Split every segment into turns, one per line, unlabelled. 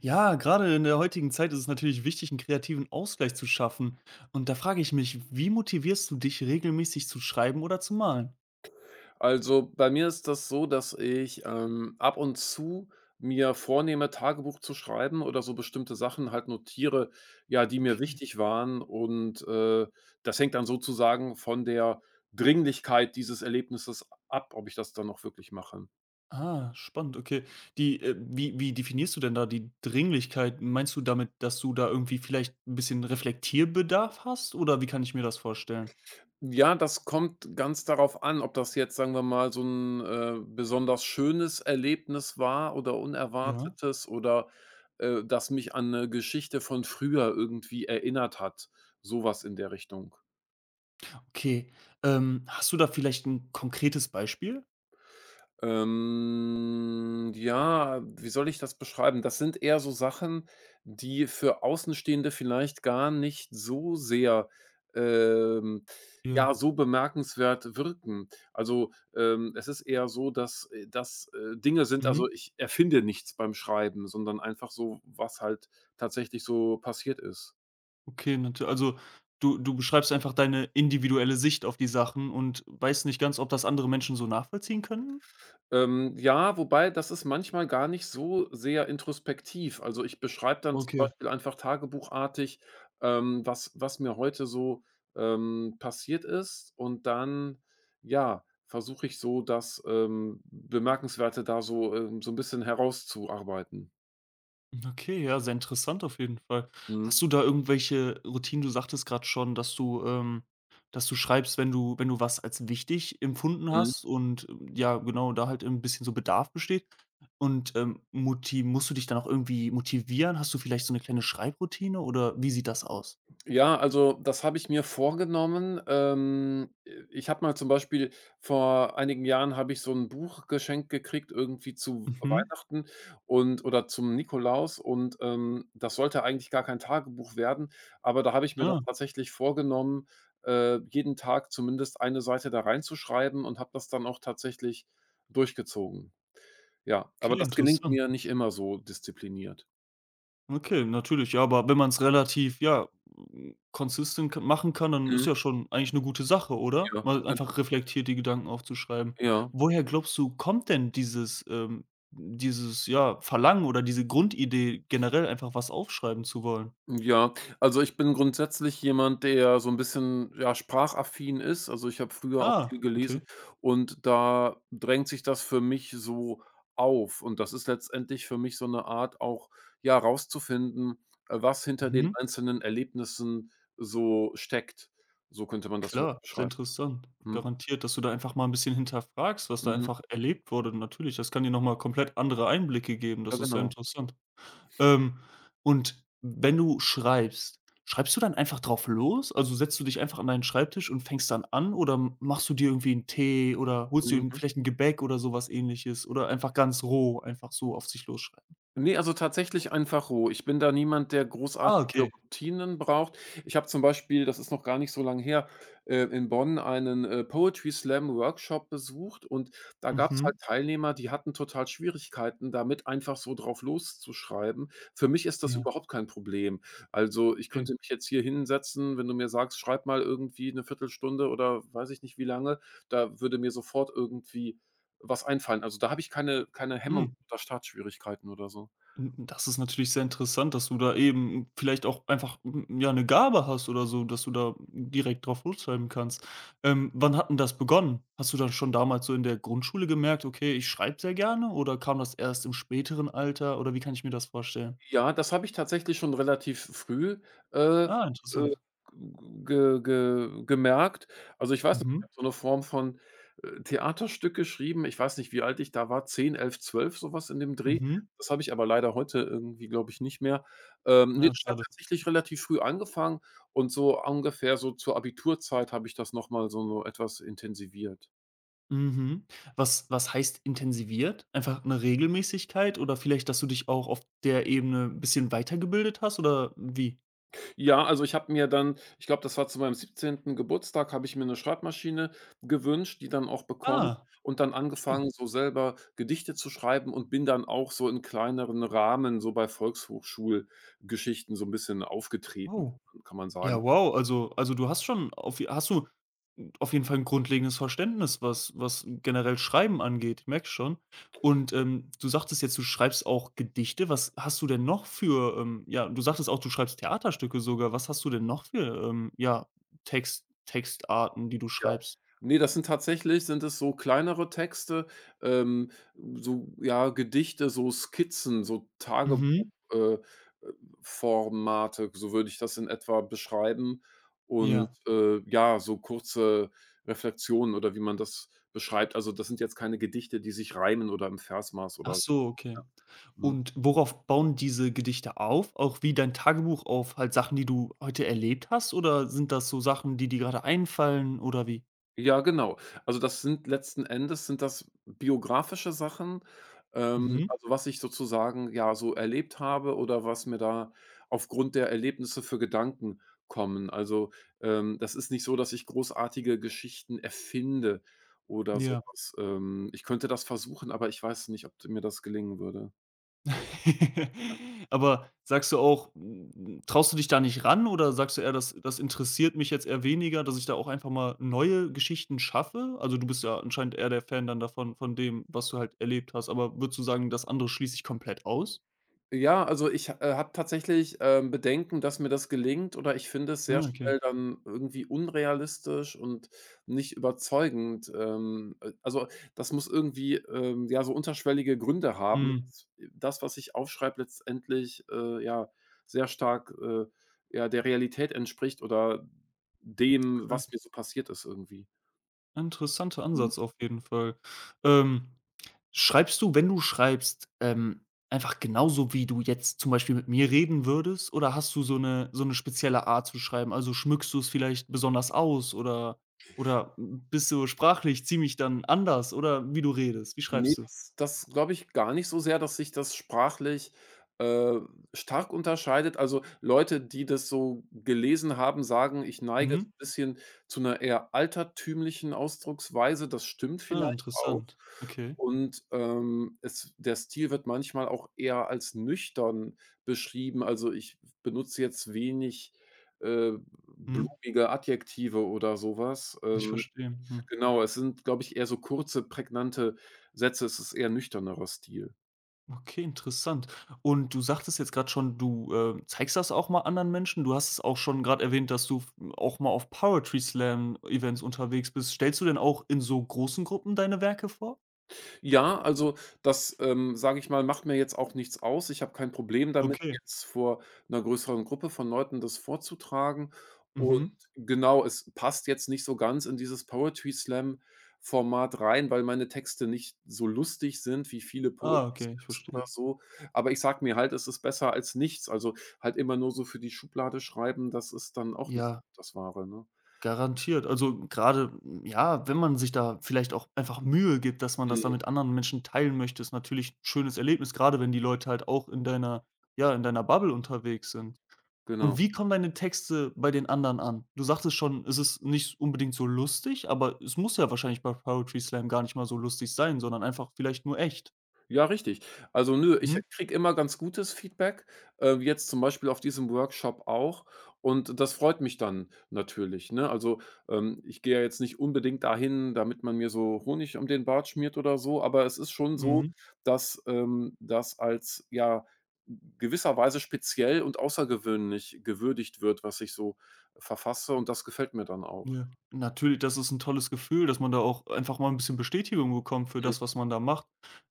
Ja, gerade in der heutigen Zeit ist es natürlich wichtig, einen kreativen Ausgleich zu schaffen. Und da frage ich mich, wie motivierst du dich regelmäßig zu schreiben oder zu malen?
Also, bei mir ist das so, dass ich, ab und zu mir vornehme, Tagebuch zu schreiben oder so bestimmte Sachen halt notiere, ja, die mir
Okay.
wichtig waren und das hängt dann sozusagen von der Dringlichkeit dieses Erlebnisses ab, ob ich das dann noch wirklich mache.
Ah, spannend, okay. Die, wie definierst du denn da die Dringlichkeit? Meinst du damit, dass du da irgendwie vielleicht ein bisschen Reflektierbedarf hast oder wie kann ich mir das vorstellen?
Ja, das kommt ganz darauf an, ob das jetzt, sagen wir mal, so 'n besonders schönes Erlebnis war oder
Ja,
unerwartetes oder das mich an 'ne Geschichte von früher irgendwie erinnert hat, so was in der Richtung.
okay. Hast du da vielleicht ein konkretes Beispiel?
Ja, wie soll ich das beschreiben? Das sind eher so Sachen, die für Außenstehende vielleicht gar nicht so sehr, ähm, ja,
Ja.
so bemerkenswert wirken. Also, es ist eher so, dass Dinge sind, also
Mhm.
ich erfinde nichts beim Schreiben, sondern einfach so, was halt tatsächlich so passiert ist.
Okay, natü also, du beschreibst einfach deine individuelle Sicht auf die Sachen und weißt nicht ganz, ob das andere Menschen so nachvollziehen können?
Ja, wobei das ist manchmal gar nicht so sehr introspektiv. Also, ich beschreibe dann zum
Okay.
Beispiel einfach tagebuchartig, was mir heute so, passiert ist, und dann, ja, versuche ich so das, Bemerkenswerte da so, so ein bisschen herauszuarbeiten.
Okay, ja, sehr interessant auf jeden Fall.
Mhm.
Hast du da irgendwelche Routinen? Du sagtest gerade schon, dass du dass du schreibst, wenn du was als wichtig empfunden
Mhm.
hast und, ja, genau, da halt ein bisschen so Bedarf besteht. Und, moti musst du dich dann auch irgendwie motivieren? Hast du vielleicht so eine kleine Schreibroutine oder wie sieht das aus?
Ja, also das habe ich mir vorgenommen. Ich habe mal zum Beispiel vor einigen Jahren habe ich so ein Buch geschenkt gekriegt, irgendwie zu
Mhm.
Weihnachten und oder zum Nikolaus, und, das sollte eigentlich gar kein Tagebuch werden, aber da habe ich mir dann
Ah,
tatsächlich vorgenommen, jeden Tag zumindest eine Seite da reinzuschreiben, und habe das dann auch tatsächlich durchgezogen. Ja, aber
okay,
das gelingt
interessant.
mir nicht immer so diszipliniert.
Okay, natürlich, ja, aber wenn man es relativ, ja, hm, consistent k machen kann, dann
Mhm,
ist ja schon eigentlich eine gute Sache, oder?
ja, ja,
Mal
genau.
einfach reflektiert die Gedanken aufzuschreiben.
Ja.
Woher glaubst du, kommt denn dieses dieses, ja, Verlangen oder diese Grundidee, generell einfach was aufschreiben zu wollen?
Ja, also ich bin grundsätzlich jemand, der so ein bisschen, ja, sprachaffin ist. Also, ich habe früher auch
Ah,
viel gelesen
okay.
und da drängt sich das für mich so auf. Und das ist letztendlich für mich so eine Art auch, ja, rauszufinden, was hinter den
Mhm.
einzelnen Erlebnissen so steckt. So könnte man das vielleicht
Klar, sehr
beschreiben.
interessant.
Mhm.
Garantiert, dass du da einfach mal ein bisschen hinterfragst, was da
Mhm.
einfach erlebt wurde. Natürlich, das kann dir nochmal komplett andere Einblicke geben.
Ja,
Das ist sehr
genau.
interessant. Ähm, und wenn du schreibst, schreibst du dann einfach drauf los? Also, setzt du dich einfach an deinen Schreibtisch und fängst dann an oder machst du dir irgendwie einen Tee oder holst dir
Mhm.
vielleicht ein Gebäck oder sowas Ähnliches oder einfach ganz roh, einfach so auf sich losschreiben?
Ne, also tatsächlich einfach roh. Ich bin da niemand, der
Ah,
großartige
okay.
Routinen braucht. Ich habe zum Beispiel, das ist noch gar nicht so lang her, in Bonn einen, Poetry Slam Workshop besucht, und da gab es halt
Mhm.
Teilnehmer, die hatten total Schwierigkeiten damit, einfach so drauf loszuschreiben. Für mich ist das
Ja,
überhaupt kein Problem. Also, ich
okay.
könnte mich jetzt hier hinsetzen, wenn du mir sagst: „Schreib mal irgendwie eine Viertelstunde“ oder weiß ich nicht wie lange, da würde mir sofort irgendwie was einfallen. Also, da habe ich keine Hemmung
Mhm.
oder Startschwierigkeiten oder so.
N das ist natürlich sehr interessant, dass du da eben vielleicht auch einfach, hm, ja, eine Gabe hast oder so, dass du da direkt drauf losschreiben kannst. Wann hat 'n das begonnen? Hast du dann schon damals so in der Grundschule gemerkt: „Okay, ich schreibe sehr gerne“, oder kam das erst im späteren Alter, oder wie kann ich mir das vorstellen?
Ja, das habe ich tatsächlich schon relativ früh, äh, äh,
Ah, interessant.
ge ge gemerkt. Also, ich weiß nicht, ich
Mhm,
habe so 'ne Form von, Theaterstück geschrieben. Ich weiß nicht, wie alt ich da war, 10, 11, 12 so was in dem Dreh.
mhm.
Das habe ich aber leider heute irgendwie, glaube ich, nicht mehr. Ne,
Ja,
das hat
schade.
tatsächlich relativ früh angefangen, und so ungefähr so zur Abiturzeit habe ich das noch mal so etwas intensiviert.
Mhm. Was heißt intensiviert? Einfach eine Regelmäßigkeit oder vielleicht, dass du dich auch auf der Ebene ein bisschen weitergebildet hast, oder wie?
Ja, also ich habe mir dann, ich glaube, das war zu meinem 17. Geburtstag, habe ich mir 'ne Schreibmaschine gewünscht, die dann auch bekommen,
Ah,
und dann
schön.
angefangen, so selber Gedichte zu schreiben, und bin dann auch so in kleineren Rahmen so bei Volkshochschulgeschichten so 'n bisschen aufgetreten,
Oh.
kann man sagen.
Ja, wow, also du hast schon auf je hast du auf jeden Fall ein grundlegendes Verständnis, was generell Schreiben angeht, ich merke es schon. Und, du sagtest jetzt, du schreibst auch Gedichte. Was hast du denn noch für, ja, du sagtest auch, du schreibst Theaterstücke sogar. Was hast du denn noch für, ja, Text Textarten, die du
Ja.
schreibst?
Ne, das sind tatsächlich sind es so kleinere Texte, so, ja, Gedichte, so Skizzen, so Tagebuch
Mhm,
äh, äh, Formate, so würde ich das in etwa beschreiben. Und,
ja.
äh, ja, so kurze Reflexionen oder wie man das beschreibt. Also, das sind jetzt keine Gedichte, die sich reimen oder im Versmaß
Ach
oder so.
so, okay.
Ja, mhm.
Und worauf bauen diese Gedichte auf? Auch wie dein Tagebuch auf halt Sachen, die du heute erlebt hast? Oder sind das so Sachen, die dir gerade einfallen oder wie?
Ja, genau. Also, das sind letzten Endes sind das biografische Sachen,
Mhm,
also, was ich sozusagen, ja, so erlebt habe oder was mir da aufgrund der Erlebnisse für Gedanken kommen. Also, das ist nicht so, dass ich großartige Geschichten erfinde oder
ja.
sowas. Ich könnte das versuchen, aber ich weiß nicht, ob mir das gelingen würde.
Aber sagst du auch, hm, traust du dich da nicht ran oder sagst du eher: „Das interessiert mich jetzt eher weniger, dass ich da auch einfach mal neue Geschichten schaffe?“ Also, du bist ja anscheinend eher der Fan dann davon von dem, was du halt erlebt hast, aber würdest du sagen, das andere schließt dich komplett aus?
Ja, also ich habe tatsächlich, Bedenken, dass mir das gelingt, oder ich finde es sehr
Ah, okay.
schnell dann irgendwie unrealistisch und nicht überzeugend. Also das muss irgendwie, ja, so unterschwellige Gründe haben,
Mhm,
dass das, was ich aufschreibe, letztendlich, ja, sehr stark, ja, der Realität entspricht oder dem,
klar.
was mir so passiert ist irgendwie.
Interessanter Ansatz auf jeden Fall. Ähm, schreibst du, wenn du schreibst, einfach genauso, wie du jetzt zum Beispiel mit mir reden würdest? Oder hast du so eine spezielle Art zu schreiben? Also, schmückst du es vielleicht besonders aus oder bist du sprachlich ziemlich dann anders oder wie du redest? Wie
Ne,
schreibst du?
das das glaube ich gar nicht so sehr, dass sich das sprachlich, äh, stark unterscheidet. Also, Leute, die das so gelesen haben, sagen: „Ich neige so
Mhm.
ein bisschen zu einer eher altertümlichen Ausdrucksweise.“ Das stimmt
Ah,
vielleicht auch.
interessant. Okay.
Und, es der Stil wird manchmal auch eher als nüchtern beschrieben. Also, ich benutze jetzt wenig, äh,
Mhm.
blumige Adjektive oder sowas.
Ich verstehe. Mhm.
Genau, es sind, glaube ich, eher so kurze, prägnante Sätze. Es ist eher nüchternerer Stil.
Okay, interessant. Und du sagtest jetzt gerade schon, du, zeigst das auch mal anderen Menschen. Du hast es auch schon gerade erwähnt, dass du f auch mal auf Poetry Slam Events unterwegs bist. Stellst du denn auch in so großen Gruppen deine Werke vor?
Ja, also das, sage ich mal, macht mir jetzt auch nichts aus. Ich habe kein Problem damit,
Okay.
jetzt vor einer größeren Gruppe von Leuten das vorzutragen. Und
Mhm.
genau, es passt jetzt nicht so ganz in dieses Poetry Slam Format rein, weil meine Texte nicht so lustig sind wie viele Poetry
Ah, okay, ich
Slams
verstehe.
oder so. Aber ich sage mir halt, es ist besser als nichts. Also, halt immer nur so für die Schublade schreiben, das ist dann auch nicht so
Ja,
das Wahre, ne?
garantiert. Also, grade, ja, wenn man sich da vielleicht auch einfach Mühe gibt, dass man das dann
Mhm.
mit anderen Menschen teilen möchte, ist natürlich 'n schönes Erlebnis, gerade wenn die Leute halt auch in deiner ja, in deiner Bubble unterwegs sind. Und
Genau.
wie kommen deine Texte bei den anderen an? Du sagtest schon, es ist nicht unbedingt so lustig, aber es muss ja wahrscheinlich bei Poetry Slam gar nicht mal so lustig sein, sondern einfach vielleicht nur echt.
Ja, richtig. Also, nö, ich
Mhm.
kriege immer ganz gutes Feedback, wie jetzt zum Beispiel auf diesem Workshop auch. Und das freut mich dann natürlich, ne? Also, ich gehe ja jetzt nicht unbedingt dahin, damit man mir so Honig um den Bart schmiert oder so, aber es ist schon so,
Mhm.
dass, das als, ja, gewisserweise speziell und außergewöhnlich gewürdigt wird, was ich so verfasse, und das gefällt mir dann auch.
Ja. Natürlich, das ist ein tolles Gefühl, dass man da auch einfach mal ein bisschen Bestätigung bekommt für das, was man da macht.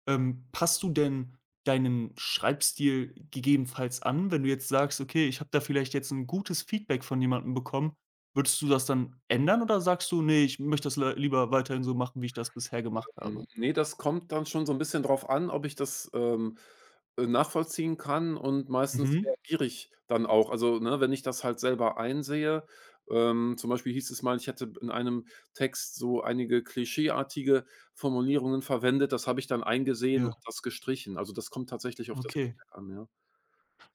Passt du denn deinen Schreibstil gegebenenfalls an? Wenn du jetzt sagst: „Okay, ich habe da vielleicht jetzt ein gutes Feedback von jemandem bekommen“, würdest du das dann ändern oder sagst du: nee, ich möchte das le lieber weiterhin so machen, wie ich das bisher gemacht
Hm,
habe?“
ne, das kommt dann schon so ein bisschen drauf an, ob ich das, nachvollziehen kann, und meistens
Mhm.
reagiere ich dann auch. Also, ne, wenn ich das halt selber einsehe, zum Beispiel hieß es mal, ich hätte in einem Text so einige klischeeartige Formulierungen verwendet, das habe ich dann eingesehen und
Ja,
das gestrichen. Also, das kommt tatsächlich auf das
okay.
Feedback an, ja.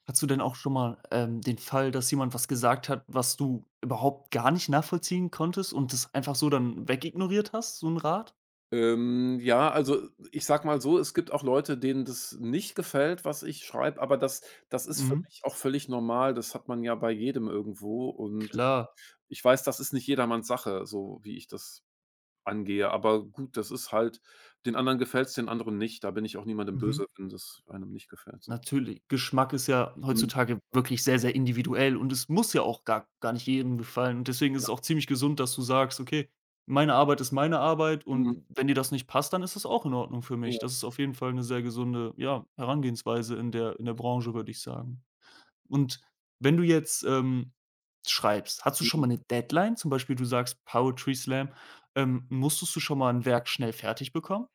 Hast du denn auch schon mal, den Fall, dass jemand was gesagt hat, was du überhaupt gar nicht nachvollziehen konntest und das einfach so dann wegignoriert hast, so 'n Rat?
Ja, also ich sag mal so, es gibt auch Leute, denen das nicht gefällt, was ich schreibe, aber das ist für
Mhm.
mich auch völlig normal. Das hat man ja bei jedem irgendwo, und
Klar.
ich weiß, das ist nicht jedermanns Sache, so wie ich das angehe. Aber gut, das ist halt, den anderen gefällt's, den anderen nicht. Da bin ich auch niemandem
Mhm.
böse, wenn das einem nicht gefällt so.
Natürlich. Geschmack ist ja
Mhm.
heutzutage wirklich sehr, sehr individuell und es muss ja auch gar nicht jedem gefallen und deswegen ist
Ja.
es auch ziemlich gesund, dass du sagst: „Okay, meine Arbeit ist meine Arbeit und
Mhm.
wenn dir das nicht passt, dann ist das auch in Ordnung für mich.“
Ja.
Das ist auf jeden Fall 'ne sehr gesunde, ja, Herangehensweise in der Branche, würde ich sagen. Und wenn du jetzt, schreibst, hast du schon
Mhm.
mal eine Deadline? Zum Beispiel, du sagst Poetry Slam, musstest du schon mal ein Werk schnell fertig bekommen?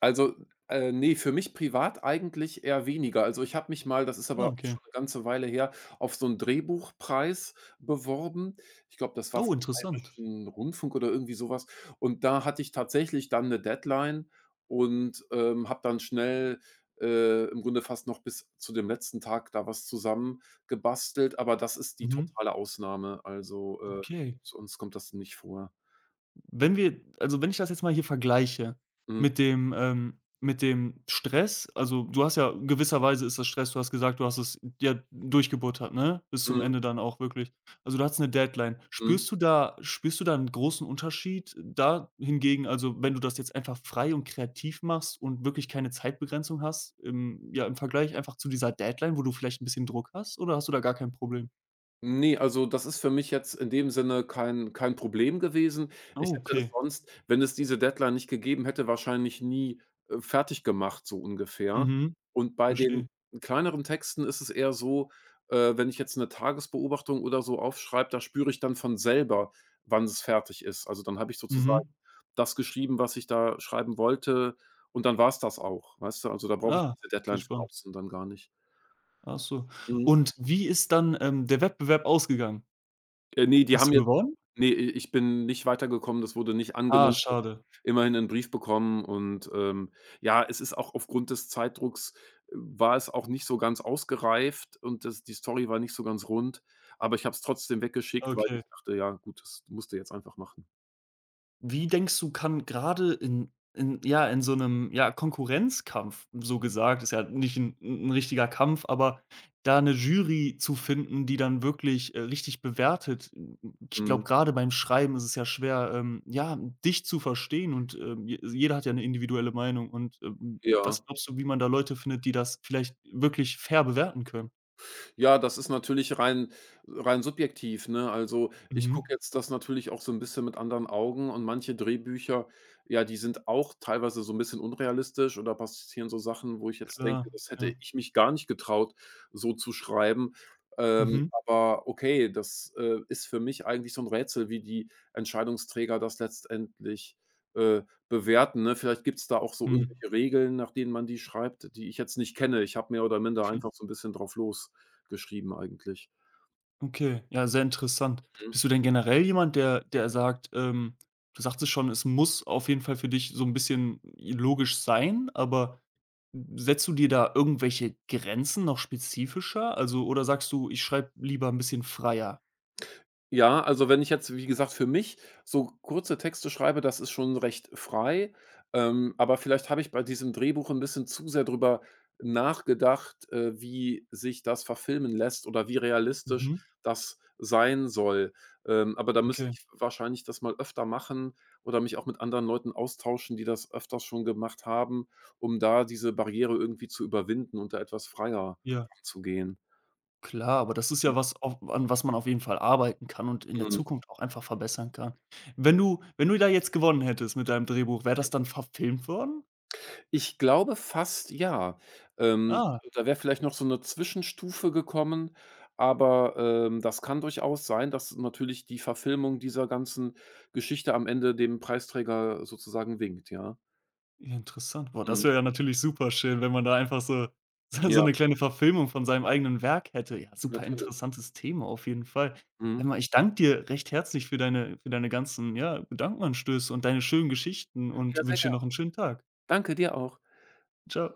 Also, ne, für mich privat eigentlich eher weniger. Also, ich habe mich mal, das ist aber
Ah,
auch
okay.
schon eine ganze Weile her, auf so 'n Drehbuchpreis beworben. Ich glaube, das war vom
Oh, interessant.
Bayerischen Rundfunk oder irgendwie so was. Und da hatte ich tatsächlich dann 'ne Deadline und, habe dann schnell, im Grunde fast noch bis zu dem letzten Tag da was zusammengebastelt, aber das ist die
Mhm.
totale Ausnahme. Also,
Okay.
sonst kommt das nicht vor.
Wenn wir also, wenn ich das jetzt mal hier vergleiche
Mhm.
mit dem Stress, also, du hast ja gewisserweise ist das Stress. Du hast gesagt, du hast es ja durchgebuttert, ne? Bis zum
Mhm.
Ende dann auch wirklich. Also, du hattest 'ne Deadline.
Mhm.
Spürst du da einen großen Unterschied da hingegen, also, wenn du das jetzt einfach frei und kreativ machst und wirklich keine Zeitbegrenzung hast, im ja, im Vergleich einfach zu dieser Deadline, wo du vielleicht ein bisschen Druck hast oder hast du da gar kein Problem?
Ne, also das ist für mich jetzt in dem Sinne kein Problem gewesen. Ich
Oh,
hätte es
okay.
sonst, wenn es diese Deadline nicht gegeben hätte, wahrscheinlich nie, fertig gemacht, so ungefähr.
Mhm.
Und bei den
Verstehe.
kleineren Texten ist es eher so, wenn ich jetzt eine Tagesbeobachtung oder so aufschreibe, da spüre ich dann von selber, wann es fertig ist. Also, dann habe ich sozusagen
Mhm.
das geschrieben, was ich da schreiben wollte, und dann war es das auch, weißt du? Also, da brauche ich
Ah,
diese
okay,
Deadline von
spannend.
außen dann gar nicht.
Ach so.
Mhm.
Und wie ist dann, der Wettbewerb ausgegangen?
Ne, die
Hast
haben
du
jetzt
gewonnen?
ne, ich bin nicht weitergekommen, das wurde nicht
Ah,
angenommen. Wir haben
schade.
immerhin 'nen Brief bekommen und, ja, es ist auch aufgrund des Zeitdrucks war es auch nicht so ganz ausgereift, und das die Story war nicht so ganz rund, aber ich habe es trotzdem weggeschickt, weil ich
Okay.
dachte: „Ja gut, das musst du jetzt einfach machen.“
Wie denkst du, kann gerade in ja, in so 'nem, ja, Konkurrenzkampf, so gesagt, ist ja nicht 'n richtiger Kampf, aber da 'ne Jury zu finden, die dann wirklich, richtig bewertet ich
Mhm,
glaube, gerade beim Schreiben ist es ja schwer, ja, dich zu verstehen und, je jeder hat ja 'ne individuelle Meinung und, was
ja.
glaubst du, wie man da Leute findet, die das vielleicht wirklich fair bewerten können?
Ja, das ist natürlich rein subjektiv, ne? Also, ich
Mhm.
gucke jetzt das natürlich auch so ein bisschen mit anderen Augen, und manche Drehbücher, ja, die sind auch teilweise so ein bisschen unrealistisch, oder passieren so Sachen, wo ich jetzt denke,
Klar,
das hätte
ja.
ich mich gar nicht getraut, so zu schreiben.
Mhm,
Aber okay, das ist für mich eigentlich so ein Rätsel, wie die Entscheidungsträger das letztendlich, äh, bewerten, ne? Vielleicht gibt's da auch so
mhm.
irgendwelche Regeln, nach denen man die schreibt, die ich jetzt nicht kenne. Ich habe mehr oder minder
Hm,
einfach so ein bisschen drauf los geschrieben eigentlich.
okay, ja, sehr interessant.
Mhm.
Bist du denn generell jemand, der sagt, du sagst es schon, es muss auf jeden Fall für dich so ein bisschen logisch sein, aber setzt du dir da irgendwelche Grenzen noch spezifischer? Also oder sagst du: „Ich schreibe lieber ein bisschen freier?“
Ja, also wenn ich jetzt, wie gesagt, für mich so kurze Texte schreibe, das ist schon recht frei. Aber vielleicht habe ich bei diesem Drehbuch ein bisschen zu sehr drüber nachgedacht, wie sich das verfilmen lässt oder wie realistisch
Mhm,
das sein soll. Aber da müsste
okay,
ich wahrscheinlich das mal öfter machen oder mich auch mit anderen Leuten austauschen, die das öfters schon gemacht haben, um da diese Barriere irgendwie zu überwinden und da etwas freier
ja.
zu gehen.
Klar, aber das ist ja was, auf an was man auf jeden Fall arbeiten kann und in der Zukunft auch einfach verbessern kann. Wenn du da jetzt gewonnen hättest mit deinem Drehbuch, wäre das dann verfilmt worden?
Ich glaube fast ja. Ähm,
Ah.
Da wäre vielleicht noch so 'ne Zwischenstufe gekommen, aber, das kann durchaus sein, dass natürlich die Verfilmung dieser ganzen Geschichte am Ende dem Preisträger sozusagen winkt, ja.
Ja, interessant. Boah, das
Mhm.
wäre ja natürlich super schön, wenn man da einfach so so
Ja,
'ne kleine Verfilmung von seinem eigenen Werk hätte. Ja, super
natürlich.
interessantes Thema auf jeden Fall. Hör
Mhm.
mal, ich danke dir recht herzlich für deine ganzen, ja, Gedankenanstöße und deine schönen Geschichten
Ja,
und
sehr
wünsche dir
gern.
noch 'n schönen Tag.
Danke, dir auch.
Tschau.